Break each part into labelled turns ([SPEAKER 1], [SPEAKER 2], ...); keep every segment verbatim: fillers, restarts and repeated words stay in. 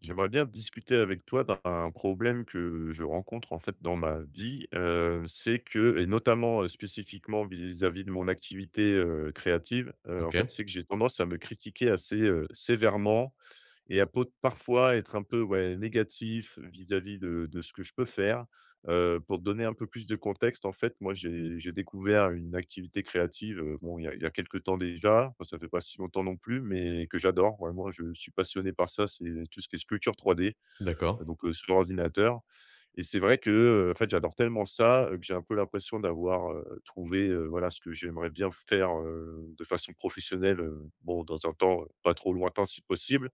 [SPEAKER 1] J'aimerais bien discuter avec toi d'un problème que je rencontre en fait dans ma vie. Heu, c'est que et notamment, heu, spécifiquement vis-à-vis de mon activité, heu, créative, heu, en
[SPEAKER 2] OK,
[SPEAKER 1] fait, c'est que j'ai tendance à me critiquer assez, heu, sévèrement, et à peut parfois être un peu, ouais, négatif vis-à-vis de de ce que je peux faire. Heu, pour te donner un peu plus de contexte, en fait, moi, j'ai j'ai découvert une activité créative, heu, bon, il y a il y a quelque temps déjà, enfin, ça fait pas si longtemps non plus, mais que j'adore. Vraiment, je suis passionné par ça, c'est tout ce qui est sculpture trois D, heu,
[SPEAKER 2] d'accord.
[SPEAKER 1] donc heu, sur ordinateur et c'est vrai que, heu, en fait, j'adore tellement ça, heu, que j'ai un peu l'impression d'avoir, heu, trouvé, heu, voilà, ce que j'aimerais bien faire, heu, de façon professionnelle, heu, bon, dans un temps euh, pas trop lointain si possible.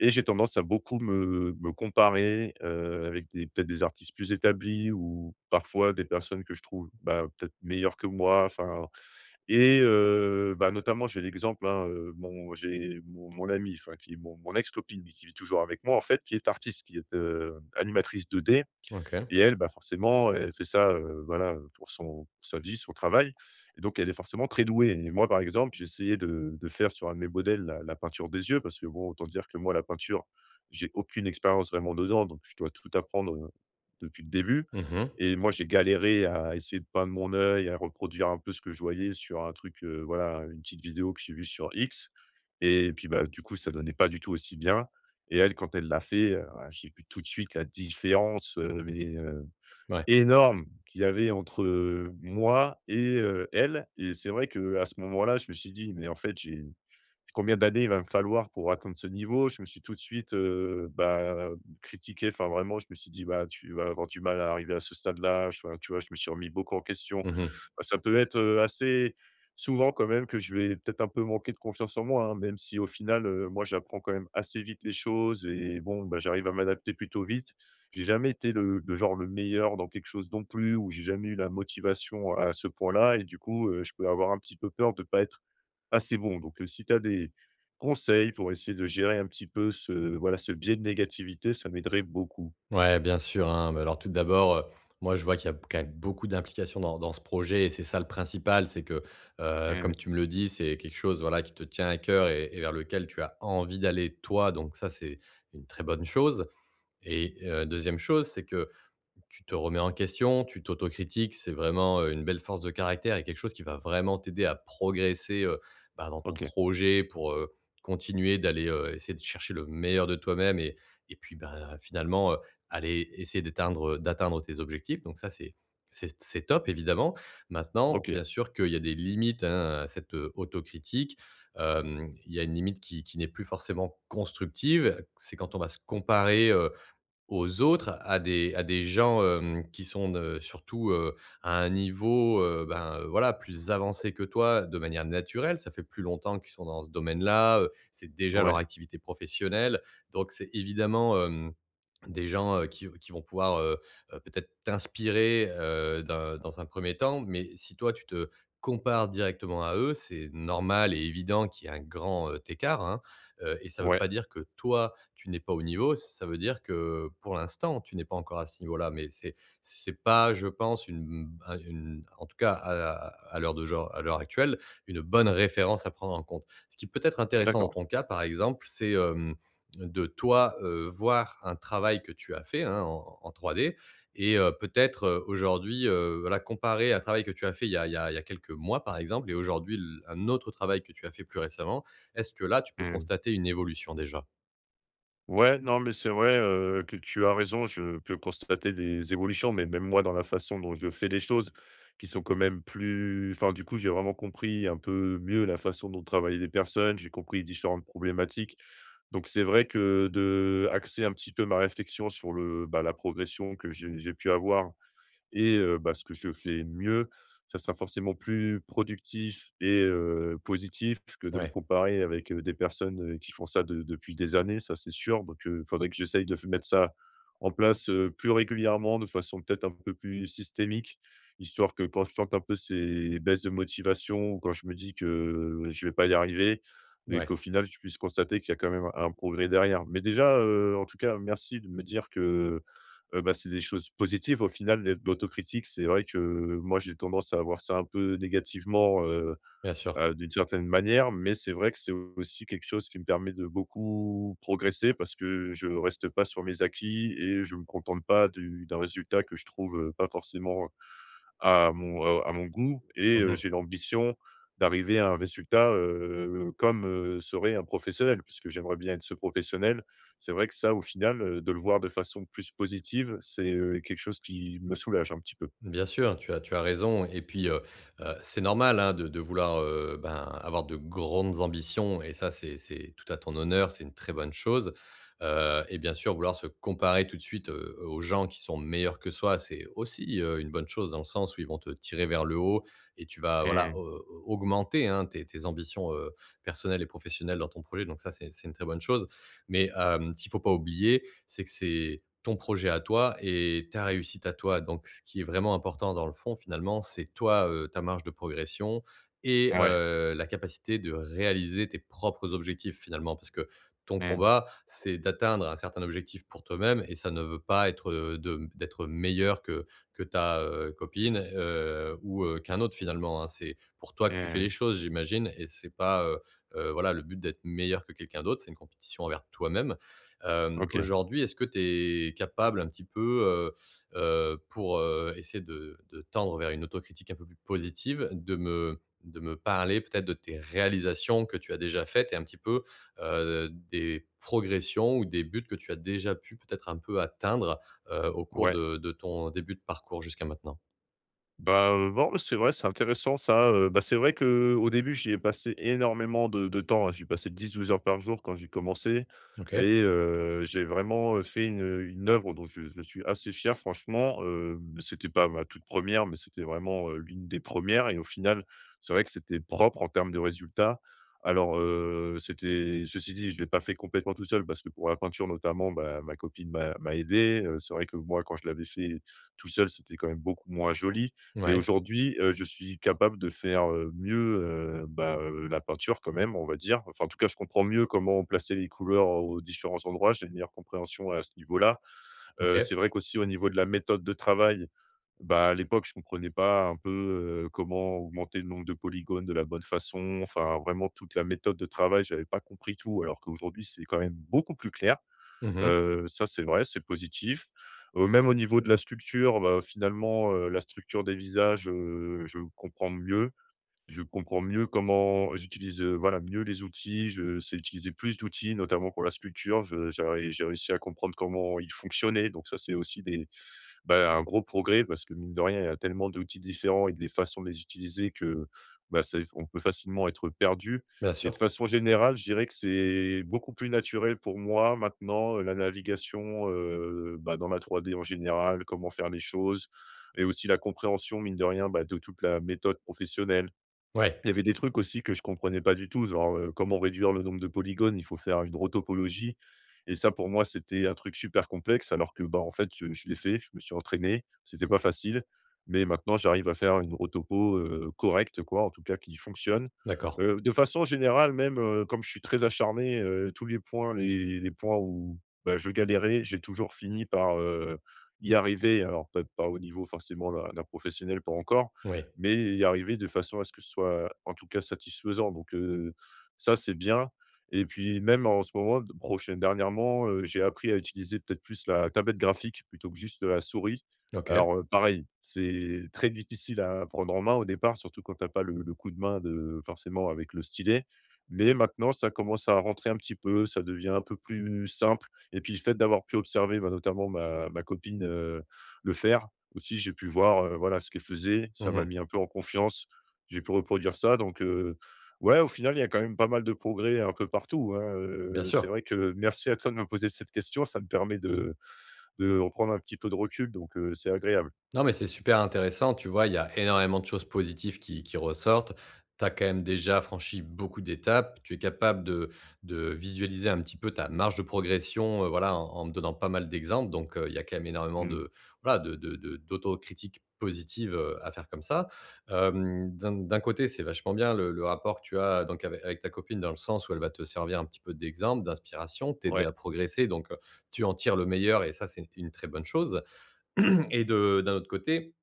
[SPEAKER 1] Et j'ai tendance à beaucoup me me comparer, heu, avec des peut-être des artistes plus établis ou parfois des personnes que je trouve, bah, peut-être meilleures que moi, enfin et heu, bah, notamment j'ai l'exemple, hein, heu, mon j'ai mon mon amie, enfin qui est mon mon ex-copine, qui vit toujours avec moi en fait, qui est artiste, qui est, heu, animatrice deux D
[SPEAKER 2] OK.
[SPEAKER 1] et elle, bah, forcément, elle fait ça, heu, voilà, pour son pour sa vie, son travail et donc elle est forcément très douée et moi, par exemple, j'ai essayé de de faire sur un de mes modèles la la peinture des yeux parce que bon, autant dire que moi, la peinture, j'ai aucune expérience vraiment dedans donc je dois tout apprendre, heu, depuis le début.
[SPEAKER 2] Mmh.
[SPEAKER 1] Et moi, j'ai galéré à essayer de peindre mon œil, à reproduire un peu ce que je voyais sur un truc, heu, voilà, une petite vidéo que j'ai vue sur X. Et puis, bah, du coup, ça donnait pas du tout aussi bien. Et elle, quand elle l'a fait, heu, ah, j'ai vu tout de suite la différence, heu, mais, heu,
[SPEAKER 2] Ouais.
[SPEAKER 1] énorme qu'il y avait entre, heu, moi et heu, elle. Et c'est vrai que à ce moment-là, je me suis dit: «Mais en fait, j'ai». Combien d'années il va me falloir pour atteindre ce niveau? Je me suis tout de suite, heu, bah, critiqué. Enfin, vraiment, je me suis dit: «Bah, tu vas avoir du mal à arriver à ce stade-là». Enfin, tu vois, je me suis remis beaucoup en question.
[SPEAKER 2] Mmh.
[SPEAKER 1] Bah, ça peut être, heu, assez souvent quand même que je vais peut-être un peu manquer de confiance en moi, hein, même si au final, heu, moi, j'apprends quand même assez vite les choses et bon, bah, j'arrive à m'adapter plutôt vite. J'ai jamais été le le genre le meilleur dans quelque chose non plus, ou j'ai jamais eu la motivation à ce point-là et du coup, heu, je peux avoir un petit peu peur de pas être assez bon. Donc, heu, si tu as des conseils pour essayer de gérer un petit peu ce voilà, ce biais de négativité, ça m'aiderait beaucoup.
[SPEAKER 2] Ouais, bien sûr, hein. Bah, alors tout d'abord, heu, moi je vois qu'il y a quand même beaucoup d'implications dans dans ce projet et c'est ça le principal. C'est que, heu, comme
[SPEAKER 1] Mmh.
[SPEAKER 2] tu me le dis, c'est quelque chose, voilà, qui te tient à cœur et et vers lequel tu as envie d'aller toi, donc ça, c'est une très bonne chose et heu, deuxième chose, c'est que, tu te remets en question, tu t'autocritiques, c'est vraiment, heu, une belle force de caractère et quelque chose qui va vraiment t'aider à progresser, heu, bah, dans ton
[SPEAKER 1] OK,
[SPEAKER 2] projet pour, heu, continuer d'aller, heu, essayer de chercher le meilleur de toi-même et et puis, ben, finalement, heu, aller essayer d'atteindre d'atteindre tes objectifs. Donc ça, c'est c'est c'est top évidemment. Maintenant,
[SPEAKER 1] OK.
[SPEAKER 2] bien sûr qu'il y a des limites, hein, à cette, heu, autocritique. Hem, il y a une limite qui qui n'est plus forcément constructive, c'est quand on va se comparer, heu, aux autres, à des à des gens, hem, qui sont de surtout, heu, à un niveau, heu, ben, heu, voilà, plus avancé que toi de manière naturelle. Ça fait plus longtemps qu'ils sont dans ce domaine-là, heu, c'est déjà leur
[SPEAKER 1] Ouais,
[SPEAKER 2] activité professionnelle. Donc c'est évidemment, hem, des gens euh, qui, qui vont pouvoir euh, euh, peut-être t'inspirer euh, d'un- dans un premier temps, mais si toi tu te compares directement à eux, c'est normal et évident qu'il y ait un grand euh, écart, hein, euh, et ça ne veut
[SPEAKER 1] ouais,
[SPEAKER 2] pas dire que toi tu n'es pas au niveau, ça veut dire que pour l'instant tu n'es pas encore à ce niveau-là, mais c'est c'est pas, je pense, une, un- une- en tout cas à, à l'heure de genre, à l'heure actuelle, une bonne référence à prendre en compte. Ce qui peut être intéressant dans
[SPEAKER 1] d'accord.
[SPEAKER 2] ton cas, par exemple, c'est de toi, heu, voir un travail que tu as fait, hein, en en trois D et heu, peut-être, heu, aujourd'hui, heu, voilà, comparer un travail que tu as fait il y a il y a il y a quelques mois, par exemple, et aujourd'hui l un autre travail que tu as fait plus récemment. Est-ce que là, tu peux
[SPEAKER 1] Mmh.
[SPEAKER 2] constater une évolution déjà?
[SPEAKER 1] Ouais, non, mais c'est vrai, heu, que tu as raison. Je peux constater des évolutions, mais même moi, dans la façon dont je fais les choses qui sont quand même plus enfin, du coup, j'ai vraiment compris un peu mieux la façon dont travaillaient les personnes. J'ai compris différentes problématiques. Donc, c'est vrai que de axer un petit peu ma réflexion sur le, bah, la progression que j'ai j'ai pu avoir et heu, bah, ce que je fais mieux, ça sera forcément plus productif et heu, positif que de me
[SPEAKER 2] Ouais,
[SPEAKER 1] comparer avec, heu, des personnes, heu, qui font ça de depuis des années, ça c'est sûr. Donc il faudrait que j'essaye de mettre ça en place, heu, plus régulièrement, de façon peut-être un peu plus systémique, histoire que quand je tente un peu ces baisses de motivation ou quand je me dis que, heu, je vais pas y arriver et
[SPEAKER 2] ouais,
[SPEAKER 1] qu'au final je puisse constater qu'il y a quand même un progrès derrière. Mais déjà, heu, en tout cas merci de me dire que heu, bah, c'est des choses positives au final, l'être l'autocritique. C'est vrai que moi, j'ai tendance à voir ça un peu négativement, heu
[SPEAKER 2] bien sûr.
[SPEAKER 1] heu, d'une certaine manière, mais c'est vrai que c'est aussi quelque chose qui me permet de beaucoup progresser parce que je reste pas sur mes acquis et je me contente pas du d'un résultat que je trouve, heu, pas forcément à mon, heu, à mon goût et heu,
[SPEAKER 2] Mmh.
[SPEAKER 1] j'ai l'ambition d'arriver à un résultat, heu, comme, heu, serait un professionnel, puisque j'aimerais bien être ce professionnel. C'est vrai que ça, au final, heu, de le voir de façon plus positive, c'est, heu, quelque chose qui me soulage un petit peu.
[SPEAKER 2] Bien sûr, tu as tu as raison et puis, heu heu, c'est normal, hein, de de vouloir, heu, ben, avoir de grandes ambitions et ça, c'est c'est tout à ton honneur, c'est une très bonne chose, heu et bien sûr, vouloir se comparer tout de suite, heu, aux gens qui sont meilleurs que soi, c'est aussi, heu, une bonne chose dans le sens où ils vont te tirer vers le haut et tu vas, voilà,
[SPEAKER 1] Mmh.
[SPEAKER 2] au augmenter, hein, tes tes ambitions, heu, personnelles et professionnelles dans ton projet donc ça, c'est c'est une très bonne chose mais hem, ce qu'il ne faut pas oublier, c'est que c'est ton projet à toi et ta réussite à toi. Donc, ce qui est vraiment important dans le fond, finalement, c'est toi, heu, ta marge de progression et
[SPEAKER 1] Ouais.
[SPEAKER 2] heu, la capacité de réaliser tes propres objectifs, finalement. Parce que ton
[SPEAKER 1] Mmh.
[SPEAKER 2] combat, c'est d'atteindre un certain objectif pour toi-même et ça ne veut pas être, heu, de d'être meilleur que que ta, heu, copine, heu, ou, heu, qu'un autre, finalement, hein. C'est pour toi que tu fais les
[SPEAKER 1] Mmh.
[SPEAKER 2] choses, j'imagine et c'est pas, heu heu, voilà, le but d'être meilleur que quelqu'un d'autre, c'est une compétition envers toi-même. Hem,
[SPEAKER 1] OK.
[SPEAKER 2] aujourd'hui, est-ce que tu es capable un petit peu, heu heu, pour, heu, essayer de de tendre vers une autocritique un peu plus positive, de me de me parler peut-être de tes réalisations que tu as déjà faites et un petit peu, heu, des progressions ou des buts que tu as déjà pu peut-être un peu atteindre, heu, au cours
[SPEAKER 1] Ouais.
[SPEAKER 2] de de ton début de parcours jusqu'à maintenant?
[SPEAKER 1] Bah, heu, bon, c'est vrai, c'est intéressant ça, heu, bah, c'est vrai que au début, j'y ai passé énormément de de temps, hein. J'y passais dix à douze heures par jour quand j'ai commencé
[SPEAKER 2] OK.
[SPEAKER 1] et heu, j'ai vraiment, heu, fait une, une œuvre dont je je suis assez fier franchement, heu, c'était pas ma toute première, mais c'était vraiment, heu, l'une des premières. Et au final, c'est vrai que c'était propre en termes de résultats. Alors, heu, c'était ceci dit, je l'ai pas fait complètement tout seul parce que pour la peinture notamment, bah, ma copine m'a m'a aidé, heu, c'est vrai que moi, quand je l'avais fait tout seul, c'était quand même beaucoup moins joli. Mais
[SPEAKER 2] Ouais.
[SPEAKER 1] aujourd'hui, heu, je suis capable de faire, heu, mieux, heu, bah, heu, la peinture quand même, on va dire. Enfin, en tout cas, je comprends mieux comment placer les couleurs aux différents endroits. J'ai une meilleure compréhension à ce niveau-là. Heu,
[SPEAKER 2] OK.
[SPEAKER 1] c'est vrai qu'aussi au niveau de la méthode de travail, bah, à l'époque, je comprenais pas un peu, heu, comment augmenter le nombre de polygones de la bonne façon. Enfin, vraiment toute la méthode de travail, j'avais pas compris tout alors qu'aujourd'hui, c'est quand même beaucoup plus clair.
[SPEAKER 2] Mmh.
[SPEAKER 1] Heu, ça, c'est vrai, c'est positif. Heu, même au niveau de la structure, bah, finalement, heu, la structure des visages, heu, je comprends mieux. Je comprends mieux comment j'utilise, heu, voilà, mieux les outils. Je sais utiliser plus d'outils, notamment pour la sculpture. Je j'ai j'ai réussi à comprendre comment ils fonctionnaient, donc ça, c'est aussi des bah, un gros progrès parce que mine de rien, il y a tellement d'outils différents et des façons de les utiliser que bah, ça- on peut facilement être perdu.
[SPEAKER 2] Bien
[SPEAKER 1] Et de
[SPEAKER 2] sûr.
[SPEAKER 1] façon générale, je dirais que c'est beaucoup plus naturel pour moi maintenant, euh, la navigation euh, bah, dans la trois D en général, comment faire les choses, et aussi la compréhension, mine de rien, bah, de toute la méthode professionnelle.
[SPEAKER 2] Ouais.
[SPEAKER 1] Il y avait des trucs aussi que je comprenais pas du tout, genre, heu, comment réduire le nombre de polygones? Il faut faire une rotopologie et ça pour moi c'était un truc super complexe alors que, bah, en fait, je je l'ai fait, je me suis entraîné, c'était pas facile, mais maintenant j'arrive à faire une rotopo heu, correcte quoi, en tout cas qui fonctionne.
[SPEAKER 2] D'accord.
[SPEAKER 1] Heu, de façon générale même, heu, comme je suis très acharné, heu, tous les points les les points où, bah, je galérais, j'ai toujours fini par, heu, y arriver alors peut-être pas au niveau forcément d'un d'un professionnel, pas encore
[SPEAKER 2] Oui.
[SPEAKER 1] mais y arriver de façon à ce que ce soit, en tout cas, satisfaisant donc heu, ça, c'est bien et puis même en ce moment d prochain dernièrement, heu, j'ai appris à utiliser peut-être plus la tablette graphique plutôt que juste, la souris.
[SPEAKER 2] OK.
[SPEAKER 1] Alors, heu, pareil, c'est très difficile à prendre en main au départ, surtout quand tu as pas le le coup de main de forcément avec le stylet, mais maintenant ça commence à rentrer un petit peu, ça devient un peu plus simple et puis le fait d'avoir pu observer, bah, notamment ma ma copine, heu, le faire, aussi, j'ai pu voir, heu, voilà, ce qu'elle faisait. Ça m'a
[SPEAKER 2] Mmh.
[SPEAKER 1] mis un peu en confiance. J'ai pu reproduire ça donc heu, ouais, au final, il y a quand même pas mal de progrès un peu partout, hein,
[SPEAKER 2] Bien
[SPEAKER 1] heu, c'est
[SPEAKER 2] sûr.
[SPEAKER 1] vrai que merci à toi de me poser cette question. Ça me permet de de reprendre un petit peu de recul donc heu, c'est agréable.
[SPEAKER 2] Non, mais c'est super intéressant. Tu vois, il y a énormément de choses positives qui, qui ressortent. Tu as quand même déjà franchi beaucoup d'étapes. Tu es capable de, de visualiser un petit peu ta marge de progression euh, voilà, en, en me donnant pas mal d'exemples. Donc, euh, il y a quand même énormément
[SPEAKER 1] Mmh.
[SPEAKER 2] de, voilà, de, de- de- d'autocritique positive euh, à faire comme ça. Euh, d'un, d'un côté, c'est vachement bien le, le rapport que tu as donc avec, avec ta copine dans le sens où elle va te servir un petit peu d'exemple, d'inspiration, t'aider
[SPEAKER 1] Ouais.
[SPEAKER 2] à progresser. Donc, euh, tu en tires le meilleur et ça, c'est une très bonne chose. Et de, d'un autre côté,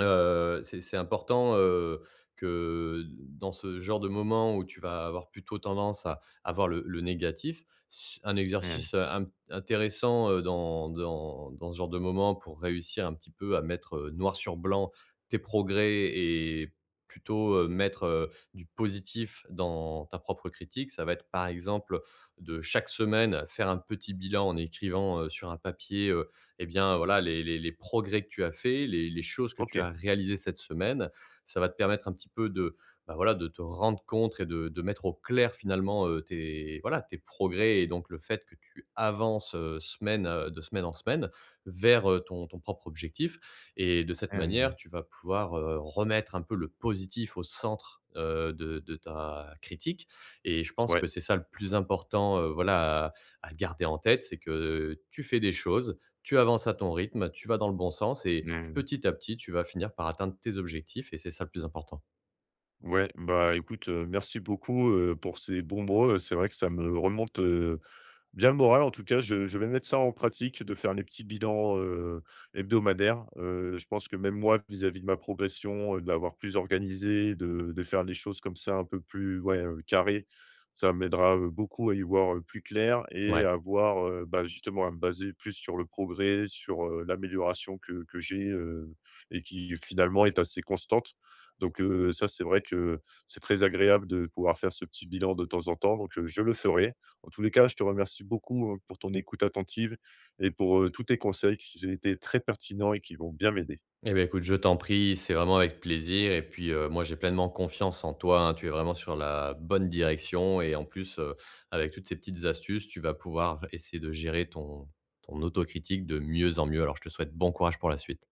[SPEAKER 2] Heu, c'est c'est important, heu, que dans ce genre de moment où tu vas avoir plutôt tendance à avoir le le négatif, s un
[SPEAKER 1] Mmh.
[SPEAKER 2] exercice, heu, int intéressant, heu, dans dans dans ce genre de moment pour réussir un petit peu à mettre, heu, noir sur blanc tes progrès et plutôt, heu, mettre, heu, du positif dans ta propre critique, ça va être par exemple de chaque semaine faire un petit bilan en écrivant, heu, sur un papier, eh bien, voilà, les, les- les progrès que tu as faits, les, les choses que tu
[SPEAKER 1] OK.
[SPEAKER 2] as réalisées cette semaine. Ça va te permettre un petit peu de, bah voilà, de te rendre compte et de, de mettre au clair finalement euh, tes, voilà, tes progrès et donc le fait que tu avances euh, semaine, euh, de semaine en semaine vers euh, ton, ton propre objectif. Et de cette
[SPEAKER 1] Mmh.
[SPEAKER 2] manière, tu vas pouvoir euh, remettre un peu le positif au centre euh, de, de ta critique. Et je pense
[SPEAKER 1] Ouais.
[SPEAKER 2] que c'est ça le plus important euh, voilà, à, à garder en tête, c'est que tu fais des choses, tu avances à ton rythme, tu vas dans le bon sens et
[SPEAKER 1] Mmh.
[SPEAKER 2] petit à petit, tu vas finir par atteindre tes objectifs et c'est ça le plus important.
[SPEAKER 1] Ouais, bah, écoute, heu, merci beaucoup, heu, pour ces bons mots, c'est vrai que ça me remonte, heu bien le moral, en tout cas, je je vais mettre ça en pratique, de faire les petits bilans, heu, hebdomadaires. Heu, je pense que même moi, vis-à-vis de ma progression, heu, de l'avoir plus organisé, de de faire les choses comme ça un peu plus, ouais, heu, carrées, ça m'aidera, heu, beaucoup à y voir, heu, plus clair et
[SPEAKER 2] Ouais.
[SPEAKER 1] à voir, heu, bah, justement à me baser plus sur le progrès, sur, heu, l'amélioration que que j'ai, heu et qui finalement est assez constante. Donc, heu, ça, c'est vrai que c'est très agréable de pouvoir faire ce petit bilan de temps en temps, donc, heu, je le ferai. En tous les cas, je te remercie beaucoup, heu, pour ton écoute attentive et pour, heu, tous tes conseils qui ont été très pertinents et qui vont bien m'aider.
[SPEAKER 2] Eh bien, écoute, je t'en prie, c'est vraiment avec plaisir. Et puis, euh, moi, j'ai pleinement confiance en toi, hein. Tu es vraiment sur la bonne direction. Et en plus, euh, avec toutes ces petites astuces, tu vas pouvoir essayer de gérer ton, ton autocritique de mieux en mieux. Alors, je te souhaite bon courage pour la suite.